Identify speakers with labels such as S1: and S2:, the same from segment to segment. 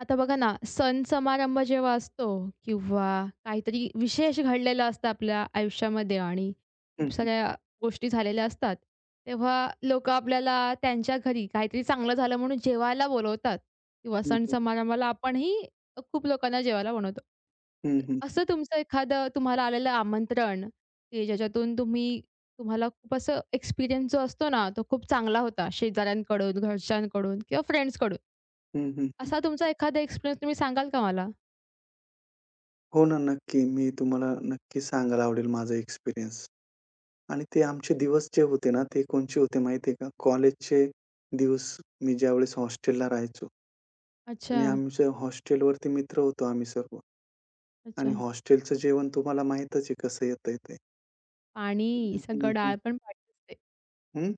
S1: आता बघा ना, सण समारंभ जेव्हा असतो किंवा काहीतरी विशेष घडलेलं असतं आपल्या आयुष्यामध्ये आणि
S2: हं,
S1: खूप साऱ्या गोष्टी झालेल्या असतात, तेव्हा लोकं आपल्याला त्यांच्या घरी काहीतरी चांगलं झालं म्हणून जेवायला बोलवतात किंवा
S2: हं,
S1: सण
S2: हं,
S1: समारंभाला आपणही खूप लोकांना जेवायला बनवतो.
S2: हं, हं,
S1: असं तुमचं एखादं तुम्हाला आलेलं आमंत्रण, की ज्याच्यातून तुम्ही तुम्हाला खूप असं एक्सपिरियन्स जो असतो ना, तो खूप चांगला होता शेजाऱ्यांकडून, घरच्यांकडून किंवा फ्रेंड्सकडून.
S2: हं, हं, हं.
S1: असा तुमचा एखादा एक्सपिरियन्स तुम्ही सांगाल का मला?
S2: हो ना, नक्की. मी तुम्हाला नक्की सांगायला आवडेल माझा एक्सपिरियन्स आणि ते आमचे दिवस जे होते ना, ते कोणचे होते माहिती आहे का? कॉलेजचे दिवस मी ज्यावेळेस हॉस्टेलला राहायचो
S1: अच्छा,
S2: आणि आमच्या हॉस्टेलवरती मित्र होतो आम्ही सर्व आणि
S1: अच्छा.
S2: हॉस्टेलचं जेवण तुम्हाला माहीतच आहे कसं येतंय ते.
S1: पाणी,
S2: हं,
S1: सगळं
S2: हं,
S1: डाळ पण पाणी असते.
S2: हं.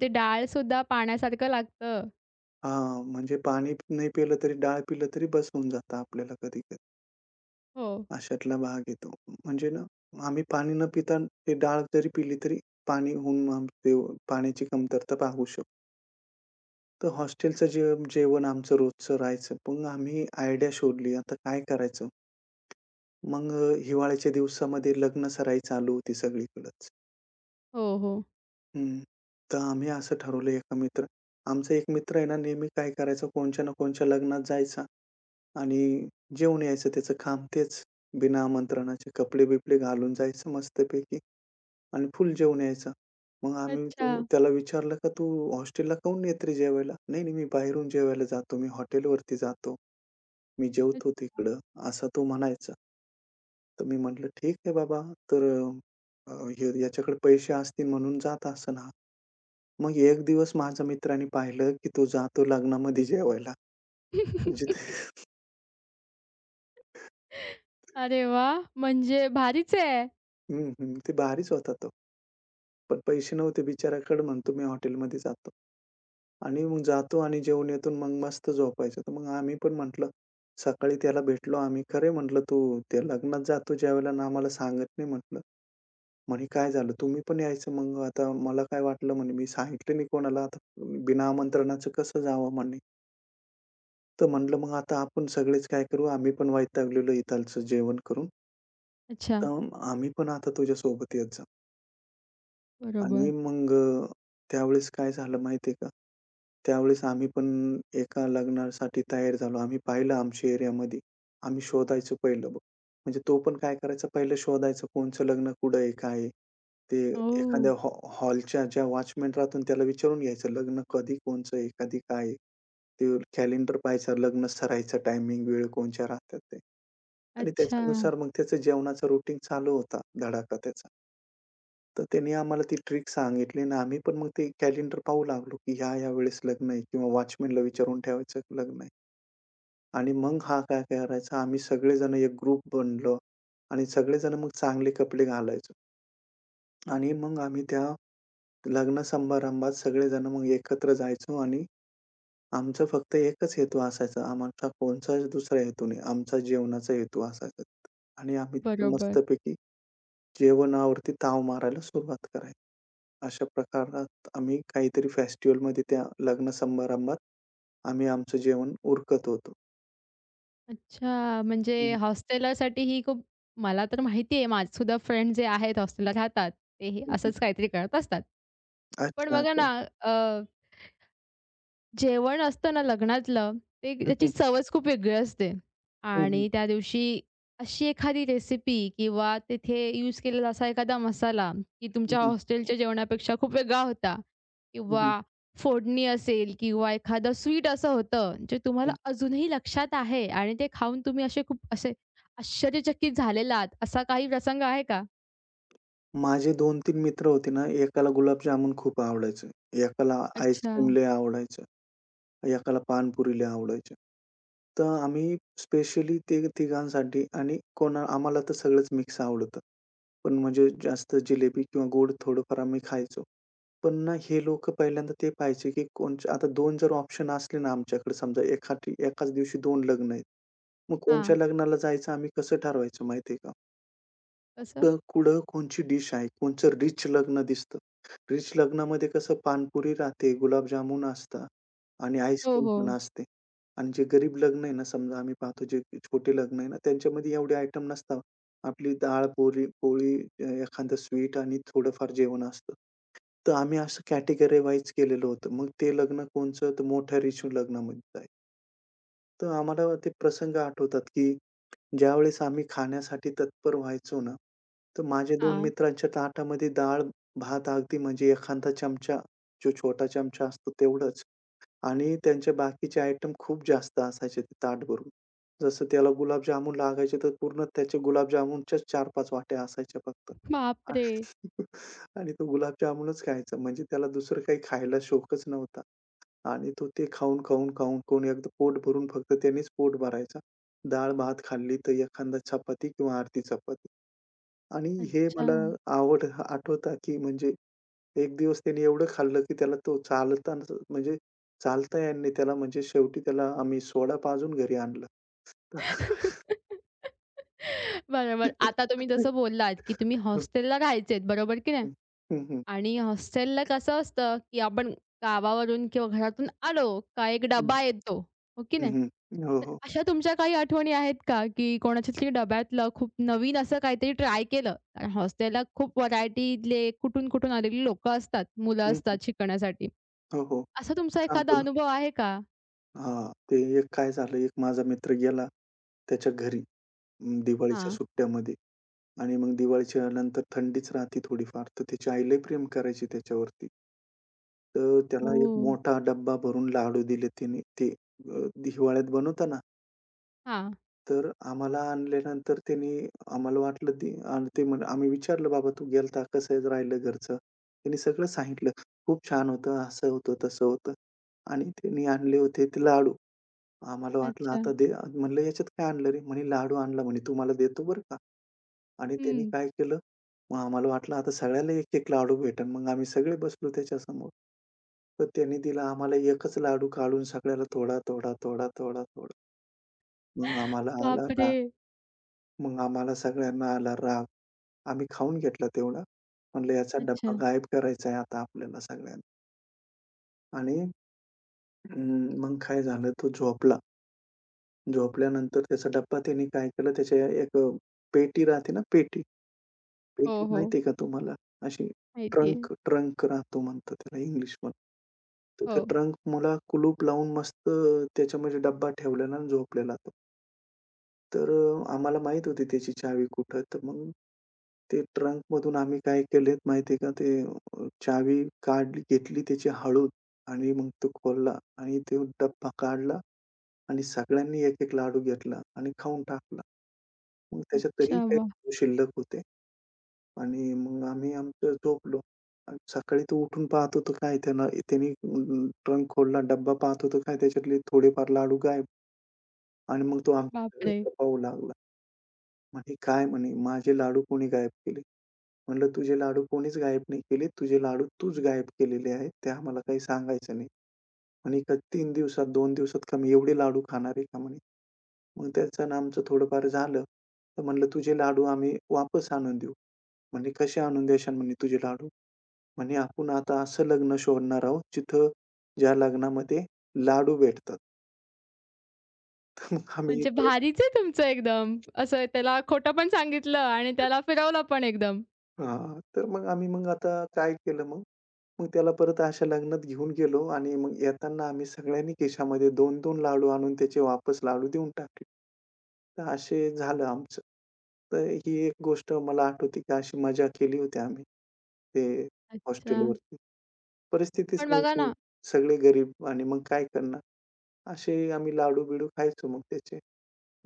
S1: ते डाळसुद्धा पाण्यासारखं लागतं.
S2: हां, म्हणजे पाणी नाही पिलं तरी डाळ पिलं तरी बस होऊन जातं आपल्याला कधी-कधी.
S1: हो.
S2: अशातला भाग आहे तो. म्हणजे ना, आम्ही पाणी न पिता ते डाळ जरी पिली तरी पाणी होऊन आम ते पाण्याची कमतरता भागवू शकतो. तर हॉस्टेलचं जे जेवण आमचं रोजचं राहायचं. मग आम्ही आयडिया शोधली आता काय करायचं? मग हिवाळ्याच्या दिवसामध्ये लग्नसराई चालू होती सगळीकडंच.
S1: हो, हो.
S2: हं. तर आम्ही असं ठरवलं एका मित्र आमचा एक मित्र आहे ना नेहमी काय करायचा कोणच्या ना कोणच्या लग्नात जायचा आणि जेवून यायचं त्याचं काम तेच. बिना आमंत्रणाचे कपडे-बिपडे घालून जायचं मस्तपैकी. आणि फुल जेवून यायचा. मग आम्ही
S1: अच्छा,
S2: त्याला विचारलं, "का तू हॉस्टेलला काहून येत रे जेवायला?" "नाही, नाही, मी बाहेरून जेवायला जातो. मी हॉटेलवरती जातो. मी जेवतो
S1: अच्छा.
S2: तिकडं," असा तो म्हणायचा. तर मी म्हटलं, "ठीक आहे बाबा, तर अ, हे याच्याकडे पैसे असतील म्हणून जात असेल हा." मग एक दिवस माझ्या मित्राने पाहिलं, की तो जातो लग्नामध्ये जेवायला. म्हणजे ते
S1: अरे वाह! म्हणजे भारीच आहे.
S2: हं, हं. ते भारीच होता तो. पण पैसे नव्हते बिचाऱ्याकडे म्हणतो, "मी हॉटेलमध्ये जातो." आणि मग जातो आणि जेवून येतो आणि मग मस्त झोपायचं. तर मग आम्ही पण म्हटलं सकाळी त्याला भेटलो आम्ही. "खरं म्हटलं, "तू त्या लग्नात जातो ज्यावेळेला आणि आम्हाला सांगत नाही," म्हटलं. म्हणे, "काय झालं? तुम्ही पण यायचं." मग आता मला काय वाटलं म्हणे मी सांगितलं नाही कोणाला आता बिना आमंत्रणाचं कसं जावं म्हणे. तर म्हटलं, "मग आता आपण सगळेच काय करू आम्ही पण वैतागलेलो इथालचं जेवण करून.
S1: अच्छा,
S2: तर आम्ही पण आता तुझ्यासोबत येत जाऊ." आणि
S1: बरोबर.
S2: मग त्यावेळेस काय झालं माहितीये का? त्यावेळेस आम्ही पण एका लग्नासाठी तयार झालो. आम्ही पाहिलं आमच्या एरियामध्ये. आम्ही शोधायचो पहिलं मग. म्हणजे तो पण काय करायचा पहिलं शोधायचा कोणाचं लग्न कुठं आहे? काय आहे? ते
S1: ओह!
S2: एखाद्या हॉलच्या ज्या वॉचमन राहतो ना त्याला विचारून घ्यायचं लग्न कधी कोणाचं आहे? कधी काय आहे? ते कॅलेंडर पाहायचं लग्न सरायचं टायमिंग वेळ कोणच्या राहतात ते. आणि
S1: अच्छा,
S2: त्याच्यानुसार मग त्याचं जेवणाचा रुटीन चालू होता धडाका त्याचा. तर त्यांनी आम्हाला ती ट्रिक सांगितली आणि आम्ही पण मग ते कॅलेंडर पाहू लागलो, की ह्या-ह्या वेळेस लग्न आहे किंवा वॉचमनला विचारून ठेवायचं लग्न आहे. आणि मग हा काय करायचा आम्ही सगळेजण एक ग्रुप बनलो आणि सगळेजण मग चांगले कपडे घालायचो. आणि मग आम्ही त्या लग्न समारंभात सगळेजण मग एकत्र जायचो आणि आमचा फक्त एकच हेतू असायचा. आमचा कोणचाच दुसरा हेतू नाही. आमचा जेवणाचा हेतू असायचा. आणि आम्ही तिथे
S1: बरोबर.
S2: मस्तपैकी जेवणावरती ताव मारायला सुरुवात करायचो. अशा प्रकारात आम्ही काहीतरी फेस्टिव्हलमध्ये त्या लग्न समारंभात आम्ही आमचं जेवण उरकत होतो.
S1: अच्छा,
S2: हं,
S1: म्हणजे हॉस्टेलरसाठी ही खूप मला तर माहिती आहे, माझेसुद्धा फ्रेंड जे आहेत हॉस्टेलला राहतात, ते हे
S2: हं, हं.
S1: असंच काहीतरी करत असतात. पण
S2: अच्छा,
S1: बघा
S2: अच्छा.
S1: ना, जेवण असतं ना लग्नातलं, ते
S2: हं,
S1: त्याची
S2: हं.
S1: चवच खूप वेगळी असते
S2: हं, हं.
S1: आणि त्या दिवशी अशी एखादी रेसिपी किंवा तिथे यूज केलेला असा एखादा मसाला, की
S2: हं,
S1: तुमच्या
S2: हं.
S1: हॉस्टेलच्या जेवणापेक्षा खूप वेगळा होता
S2: हं, हं.
S1: किंवा फोडणी असेल किंवा एखादं स्वीट असं होतं, जे तुम्हाला
S2: हं.
S1: अजूनही लक्षात आहे आणि ते खाऊन तुम्ही असे खूप असे आश्चर्यचकित झालेला आहात, असा काही प्रसंग आहे का?
S2: माझे 2-3 मित्र होते ना, एकाला गुलाबजामुन खूप आवडायचं, एकाला
S1: अच्छा.
S2: आईस्क्रीम लय आवडायचं, एकाला पाणीपुरी लय आवडायची. तर आम्ही स्पेशली ते तिघांसाठी आणि कोणा आम्हाला तर सगळंच मिक्स आवडतं. पण म्हणजे जास्त जिलेबी किंवा गोड थोडंफार आम्ही खायचो. पण ना हे लोकं पहिल्यांदा ते पाहायचे, की कोणच्या आता दोन जर ऑप्शन असले ना आमच्याकडे समजा एखादी एकाच दिवशी 2 लग्न आहेत. मग
S1: हां.
S2: कोणच्या लग्नाला जायचं आम्ही कसं ठरवायचो माहिती का?
S1: कसं?
S2: कुठं कुठं कोणची डिश आहे, कोणचं रिच लग्न दिसतं. रिच लग्नामध्ये कसं पानपुरी राहते, गुलाबजामुन असतात आणि
S1: हो,
S2: आईस्क्रीम पण
S1: हो.
S2: असते. आणि जे गरीब लग्न आहे ना, समजा आम्ही पाहतो जे छोटे लग्न आहे ना, त्यांच्यामध्ये एवढे आयटम नसतात. आपली डाळ, पोळी पोळी, एखादं स्वीट आणि थोडंफार जेवण असतं. तर आम्ही असं कॅटेगरी वाईज केलेलं होतं. मग ते लग्न कोणचं, तर मोठ्या रिच लग्नामध्ये जाईल. तर आम्हाला ते प्रसंग आठवतात, की ज्यावेळेस आम्ही खाण्यासाठी तत्पर व्हायचो ना, तर माझ्या दोन
S1: हां.
S2: मित्रांच्या ताटामध्ये डाळ-भात अगदी म्हणजे एखादा चमचा, जो छोटा चमचा असतो तेवढंच. आणि त्यांचे बाकीचे आयटम खूप जास्त असायचे ते ताट भरून. जसं त्याला गुलाबजामुन लागायचे, तर पूर्ण त्याच्या गुलाबजामुनच्याच 4-5 वाट्या असायच्या फक्त. आणि
S1: बापरे!
S2: आणि तो गुलाबजामुनच खायचा. म्हणजे त्याला दुसरं काही खायला शौकच नव्हता. आणि तो ते खाऊन, खाऊन, खाऊन, खाऊन एकदा पोट भरून फक्त त्यानेच पोट भरायचा. डाळ-भात खाल्ली तर एखादा चपाती किंवा अर्धी चपाती. आणि हे मला
S1: अच्छा.
S2: आवड आठवतं, की म्हणजे एक दिवस त्याने एवढं खाल्लं, की त्याला तो चालतानाच म्हणजे चालता येत नाही त्याला. म्हणजे शेवटी त्याला आम्ही सोडा पाजून घरी आणलं.
S1: बरोबर. आता तुम्ही जसं बोललात, की तुम्ही हॉस्टेलला राहायचेत, बरोबर की नाही? आणि हॉस्टेलला कसं असतं, की आपण गावावरून किंवा घरातून आलो, का एक
S2: हं.
S1: डबा येतो, हो की
S2: हं,
S1: नाही?
S2: हं, हं. हो,
S1: तर
S2: हो.
S1: अशा तुमच्या काही आठवणी आहेत का, की कोणाच्यातरी डब्यातलं खूप नवीन असं काहीतरी ट्राय केलं? कारण हॉस्टेलला खूप व्हरायटीतले कुठून-कुठून आलेली लोकं असतात, मुलं
S2: हं, हं.
S1: असतात शिकण्यासाठी.
S2: हो, हो.
S1: असा तुमचा
S2: सांगतो
S1: एखादा
S2: ना.
S1: अनुभव आहे का?
S2: हां, ते एक काय झालं, एक माझा मित्र गेला त्याच्या घरी दिवाळीच्या
S1: हां.
S2: सुट्ट्यामध्ये आणि मग दिवाळीच्या नंतर थंडीच राहते थोडीफार. तर त्याची आई लई प्रेम करायची त्याच्यावरती. तर त्याला एक
S1: ओह!
S2: मोठा डब्बा भरून लाडू दिले तिने. ते हिवाळ्यात बनवता ना,
S1: हां.
S2: तर आम्हाला आणल्यानंतर त्यांनी आम्हाला वाटलं ते आणि ते आम्ही विचारलं, "बाबा तू गेलता कसं आहे राहिलं घरचं?" त्यांनी सगळं सांगितलं. खूप छान होतं, असं होतं, तसं होतं. आणि त्यांनी आणले होते ते लाडू. आम्हाला वाटलं
S1: अच्छा.
S2: आता दे म्हणलं, "याच्यात काय आणलं रे?" म्हणे, "लाडू आणला," म्हणे, "तुम्हाला देतो बरं का." आणि त्यांनी
S1: हं.
S2: काय केलं, मग आम्हाला वाटलं आता सगळ्याला एक-एक लाडू भेटेल. मग आम्ही सगळे बसलो त्याच्यासमोर. तर त्यांनी दिला आम्हाला एकच लाडू काढून सगळ्याला थोडा, थोडा, थोडा, थोडा, थोडा. मग आम्हाला आला
S1: बापरे!
S2: राग. मग आम्हाला सगळ्यांना आला राग. आम्ही खाऊन घेतलं तेवढं. म्हणलं याचा डब्बा
S1: अच्छा.
S2: गायब करायचा आहे आता आपल्याला सगळ्यांना आणि मग काय झालं तो झोपला. झोपल्यानंतर त्याचा डब्बा त्याने काय केलं त्याच्या एक पेटी राहते ना पेटी. पेटी
S1: हो, हो.
S2: माहिती का तुम्हाला? अशी
S1: माहिती
S2: ट्रंक ट्रंक राहतो म्हणतात त्याला इंग्लिशमध्ये. तर त्या
S1: हो.
S2: ट्रंकला कुलूप लावून मस्त त्याच्यामध्ये डब्बा ठेवलेला आणि झोपलेला तो. तर आम्हाला माहीत होती त्याची चावी कुठं, तर मग ते ट्रंकमधून आम्ही काय केलेत माहिती आहे का, ते चावी काढली, घेतली त्याची हळूच आणि मग तो खोलला आणि तो डब्बा काढला आणि सगळ्यांनी एक-एक लाडू घेतला आणि खाऊन टाकला. मग त्याच्यात तरी
S1: अच्छा. वाह!
S2: काही शिल्लक होते आणि मग आम्ही आमचं झोपलो. आणि सकाळी तो उठून पाहतो तर काय त्याने ट्रंक खोलला, डब्बा पाहतो तर काय त्याच्यातले थोडेफार लाडू गायब आणि मग तो
S1: बापरे!
S2: आमच्याकडे पाहू लागला. म्हणे, "काय?" म्हणे, "माझे लाडू कोणी गायब केले?" म्हणलं, "तुझे लाडू कोणीच गायब नाही केले. तुझे लाडू तूच गायब केलेले आहेत. ते आम्हाला काही सांगायचं नाही." म्हणे, "का 3 दिवसात, 2 दिवसात का मी एवढे लाडू खाणार आहे का?" म्हणे. मग त्याचं आणि आमचं थोडंफार झालं. तर म्हणलं, "तुझे लाडू आम्ही वापस आणून देऊ." म्हणे, "कसे आणून देशाल?" म्हणे, "तुझे लाडू." म्हणे, "आपण आता असं लग्न शोधणार आहोत, जिथं ज्या लग्नामध्ये लाडू भेटतात." तर मग आम्ही
S1: म्हणजे
S2: परत
S1: भारीच आहे तुमचं एकदम. असं त्याला खोटं पण सांगितलं आणि त्याला फिरवलं पण एकदम.
S2: हां. तर मग आम्ही मग आता काय केलं मग मग त्याला परत अशा लग्नात घेऊन गेलो आणि मग येताना आम्ही सगळ्यांनी खिशामध्ये दोन-दोन लाडू आणून त्याचे वापस लाडू देऊन टाकले. तर असे झालं आमचं. तर ही एक गोष्ट मला आठवते, की अशी मजा केली होती आम्ही ते
S1: अच्छा.
S2: हॉस्टेलवरती. परिस्थितीच
S1: पण बघा
S2: नव्हती.
S1: ना,
S2: सगळे गरीब आणि मग काय करणार? असे आम्ही लाडू-बिडू खायचो मग त्याचे.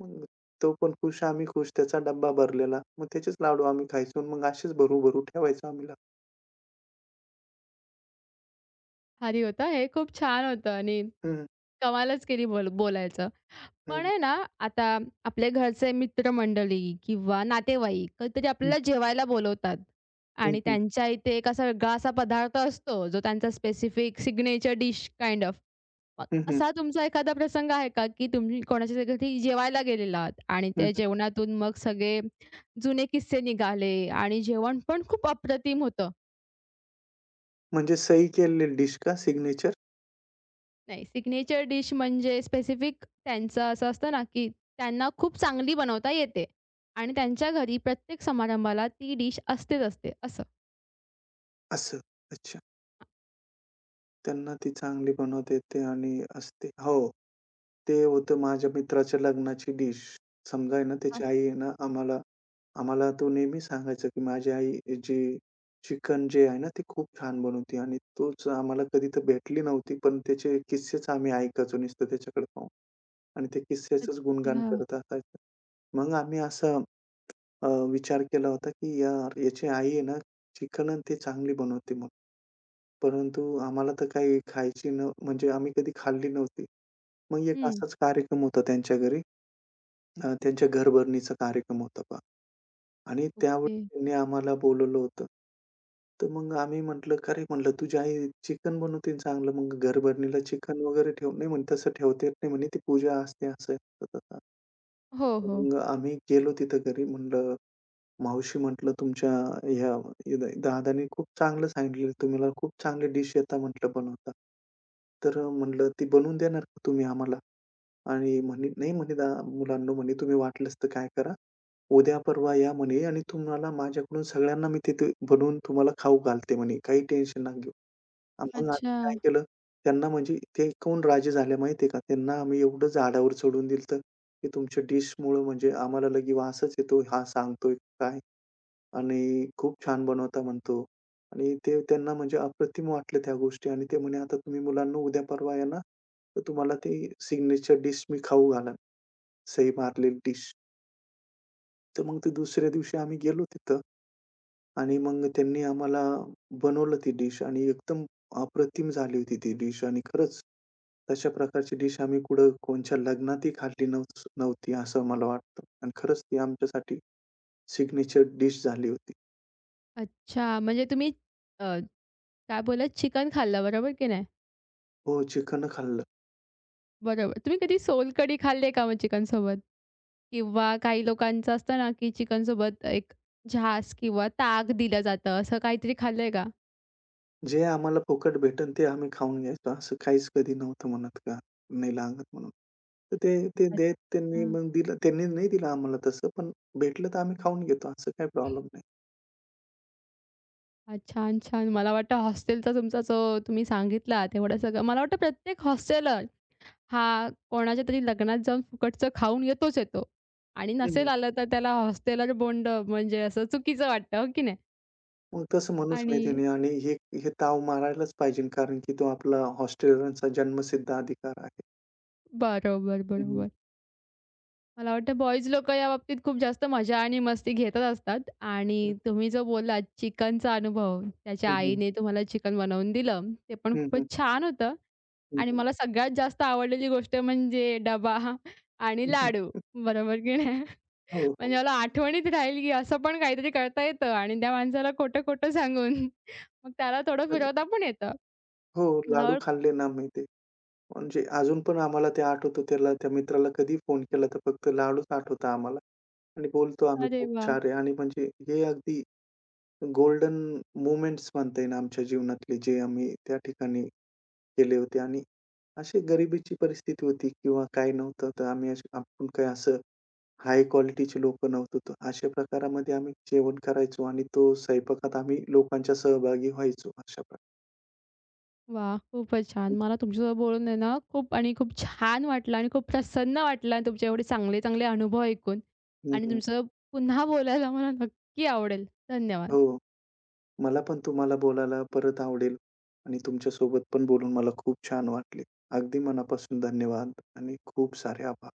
S2: मग तो पण खुश, आम्ही खुश. त्याचा डब्बा भरलेला. मग त्याचेच लाडू आम्ही खायचो. आणि मग असेच भरू-भरू ठेवायचो आम्ही लाडू.
S1: भारी होतं हे खूप छान होतं आणि
S2: हं,
S1: कमालच केली बोल बोलायचं. पण
S2: हं,
S1: आहे ना, आता आपल्या घरचे मित्रमंडळी किंवा नातेवाईक कधीतरी
S2: हं,
S1: आपल्याला जेवायला बोलवतात
S2: हं,
S1: आणि
S2: हं,
S1: त्यांच्या इथे एक असा वेगळा असा पदार्थ असतो, जो त्यांचा specific signature dish kind of. मग
S2: हं, हं,
S1: असा तुमचा एखादा प्रसंग आहे का, की तुम्ही कोणाच्या घरी जेवायला गेलेलात आणि
S2: हं.
S1: त्या जेवणातून मग सगळे जुने किस्से निघाले आणि जेवण पण खूप अप्रतिम होतं.
S2: म्हणजे सही केलेली डिश का सिग्नेचर?
S1: नाही, सिग्नेचर डिश म्हणजे स्पेसिफिक त्यांचं असं असतं ना, की त्यांना खूप चांगली बनवता येते आणि त्यांच्या घरी प्रत्येक समारंभाला ती डिश असतेच असते असं?
S2: असं. अच्छा. त्यांना ती चांगली बनवता येते आणि असते. हो. ते होतं माझ्या मित्राच्या लग्नाची डिश. समजा आहे ना, त्याची
S1: अच्छा,
S2: आई आहे ना, आम्हाला आम्हाला तो नेहमी सांगायचा, की माझी आई जी चिकन जे आहे ना, ते खूप छान बनवते आणि तोच आम्हाला कधी तर भेटली नव्हती, पण त्याचे किस्सेच आम्ही ऐकायचो नुसतं त्याच्याकडे पाहून आणि त्या किस्स्याचंच गुणगान
S1: अच्छा.
S2: करत असायचं. मग आम्ही असा विचार केला होता, की यार याची आई आहे ना, चिकन अन् ते चांगली बनवते म्हणून. परंतु आम्हाला तर काही खायची न म्हणजे आम्ही कधी खाल्ली नव्हती. मग एक असाच कार्यक्रम होता त्यांच्या घरी. त्यांच्या घरभरणीचा कार्यक्रम होता पहा आणि
S1: ओके.
S2: त्यावेळी त्यांनी आम्हाला बोलवलं होतं. तर मग आम्ही म्हटलं, "का रे?" म्हटलं, "तुझी आई चिकन बनवते चांगलं, मग घरभरणीला चिकन वगैरे ठेव." नाही म्हणे, "तसं ठेवता येत नाही." म्हणे, "ती पूजा असते." असं, आहे, तसं. तसं.
S1: हो, हो.
S2: मग आम्ही गेलो तिथं घरी म्हणलं मावशी म्हटलं, "तुमच्या ह्या दादांनी खूप चांगलं सांगितलेलं. तुम्हाला खूप चांगली डिश येता म्हटलं बनवता. तर म्हटलं, ती बनवून देणार का तुम्ही आम्हाला?" आणि म्हणे, "नाही," म्हणे, मुलांनो," म्हणे, "तुम्ही वाटलंच तर काय करा, उद्या परवा या," म्हणे, "आणि तुम्हाला माझ्याकडून सगळ्यांना मी तिथे बनवून तुम्हाला खाऊ घालते," म्हणे, "काही टेन्शन नका घेऊ." मग आम्ही
S1: अच्छा.
S2: काय केलं, त्यांना म्हणजे ते ऐकून राजी झाले माहिती आहे का? त्यांना आम्ही एवढं झाडावर चढवून दिलं, की तुमच्या डिशमुळं म्हणजे आम्हाला लगे वासच येतो, हा सांगतोय काय आणि खूप छान बनवता म्हणतो आणि ते त्यांना म्हणजे अप्रतिम वाटलं त्या गोष्टी आणि ते म्हणे, "आता तुम्ही मुलांनो उद्या परवा या ना, तर तुम्हाला ती सिग्नेचर डिश मी खाऊ घालेन, सही मारलेली डिश." तर मग ते दुसऱ्या दिवशी आम्ही गेलो तिथं आणि मग त्यांनी आम्हाला बनवलं ती डिश आणि एकदम अप्रतिम झाली होती ती डिश आणि खरंच तशा प्रकारची डिश आम्ही कुठं कोणच्या लग्नातही खाल्ली नव्हती असं मला वाटतं आणि खरंच ती आमच्यासाठी सिग्नेचर डिश झाली होती.
S1: अच्छा. म्हणजे तुम्ही अ, काय बोललात चिकन खाल्लं बरोबर की नाही?
S2: हो, चिकन खाल्लं.
S1: बरोबर. तुम्ही कधी सोलकढी खाल्ली आहे का मग चिकनसोबत? किंवा काही लोकांचं असतं ना, की चिकनसोबत एक झास किंवा ताक दिलं जातं, असं काहीतरी खाल्लंय का?
S2: जे आम्हाला फुकट भेटेल ते आम्ही खाऊन घ्यायचो. असं काहीच कधी नव्हतं म्हणत का नाही लागत म्हणून. तर ते ते
S1: अच्छा.
S2: देत त्यांनी मग दिलं त्यांनी नाही दिलं आम्हाला तसं, पण भेटलं तर आम्ही खाऊन घेतो असं काही प्रॉब्लेम नाही.
S1: हां, छान, छान. मला वाटतं हॉस्टेलचा तुमचा जो तुम्ही सांगितला तेवढं सगळं मला वाटतं प्रत्येक हॉस्टेलर हा कोणाच्यातरी लग्नात जाऊन फुकटचं खाऊन येतोच येतो. आणि नसेल
S2: हं.
S1: आलं तर त्याला हॉस्टेलर बोंड म्हणजे असं चुकीचं वाटतं, हो की नाही?
S2: मग तसं म्हणूच
S1: आणि
S2: नाही त्याने आणि हे हे ताव मारायलाच पाहिजे कारण की तो आपला हॉस्टेलरचा जन्मसिद्ध अधिकार आहे.
S1: बरोबर,
S2: हं, हं.
S1: बरोबर. मला वाटतं बॉयज लोकं याबाबतीत खूप जास्त मजा आणि मस्ती घेतच असतात आणि तुम्ही जो बोललात चिकनचा अनुभव,
S2: हं,
S1: त्याच्या
S2: हं, हं.
S1: आईने तुम्हाला चिकन बनवून दिलं. ते पण
S2: हं, हं.
S1: खूपच छान होतं
S2: हं,
S1: आणि मला सगळ्यात जास्त आवडलेली गोष्ट म्हणजे डबा आणि लाडू. बरोबर की नाही?
S2: हो,
S1: म्हणजे
S2: हो.
S1: मला आठवणीत राहील, की असं पण काहीतरी करता येतं आणि त्या माणसाला खोटं-खोटं सांगून मग त्याला थोडं
S2: हो.
S1: फिरवता पण येतं.
S2: हो,
S1: मला
S2: लाडू
S1: वाट
S2: खाल्ले ना मी ते. म्हणजे अजून पण आम्हाला ते आठवतं त्याला त्या मित्राला कधी फोन केला तर फक्त लाडूच आठवता आम्हाला. आणि बोलतो आम्ही
S1: अरे
S2: खूप
S1: वाह!
S2: छान आहे आणि म्हणजे हे अगदी गोल्डन मोमेंट्स म्हणता येईल आमच्या जीवनातले, जे आम्ही त्या ठिकाणी केले होते आणि अशी गरिबीची परिस्थिती होती किंवा काही नव्हतं, तर आम्ही असे आपण काही असं हाय क्वालिटीचे लोकं नव्हतो, तर अशा प्रकारामध्ये आम्ही जेवण करायचो आणि तो स्वयंपाकात आम्ही लोकांच्या सहभागी व्हायचो अशा प्रकारे.
S1: वाह! खूपच छान. मला तुमच्यासोबत बोलून आहे ना, खूप आणि खूप छान वाटलं आणि खूप प्रसन्न वाटलं आणि तुमचे एवढे चांगले, चांगले अनुभव ऐकून
S2: हं,
S1: आणि
S2: हं.
S1: तुमचं पुन्हा बोलायला मला नक्की आवडेल. धन्यवाद.
S2: हो. मला पण तुम्हाला बोलायला परत आवडेल आणि तुमच्यासोबत पण बोलून मला खूप छान वाटले. अगदी मनापासून धन्यवाद आणि खूप सारे आभार.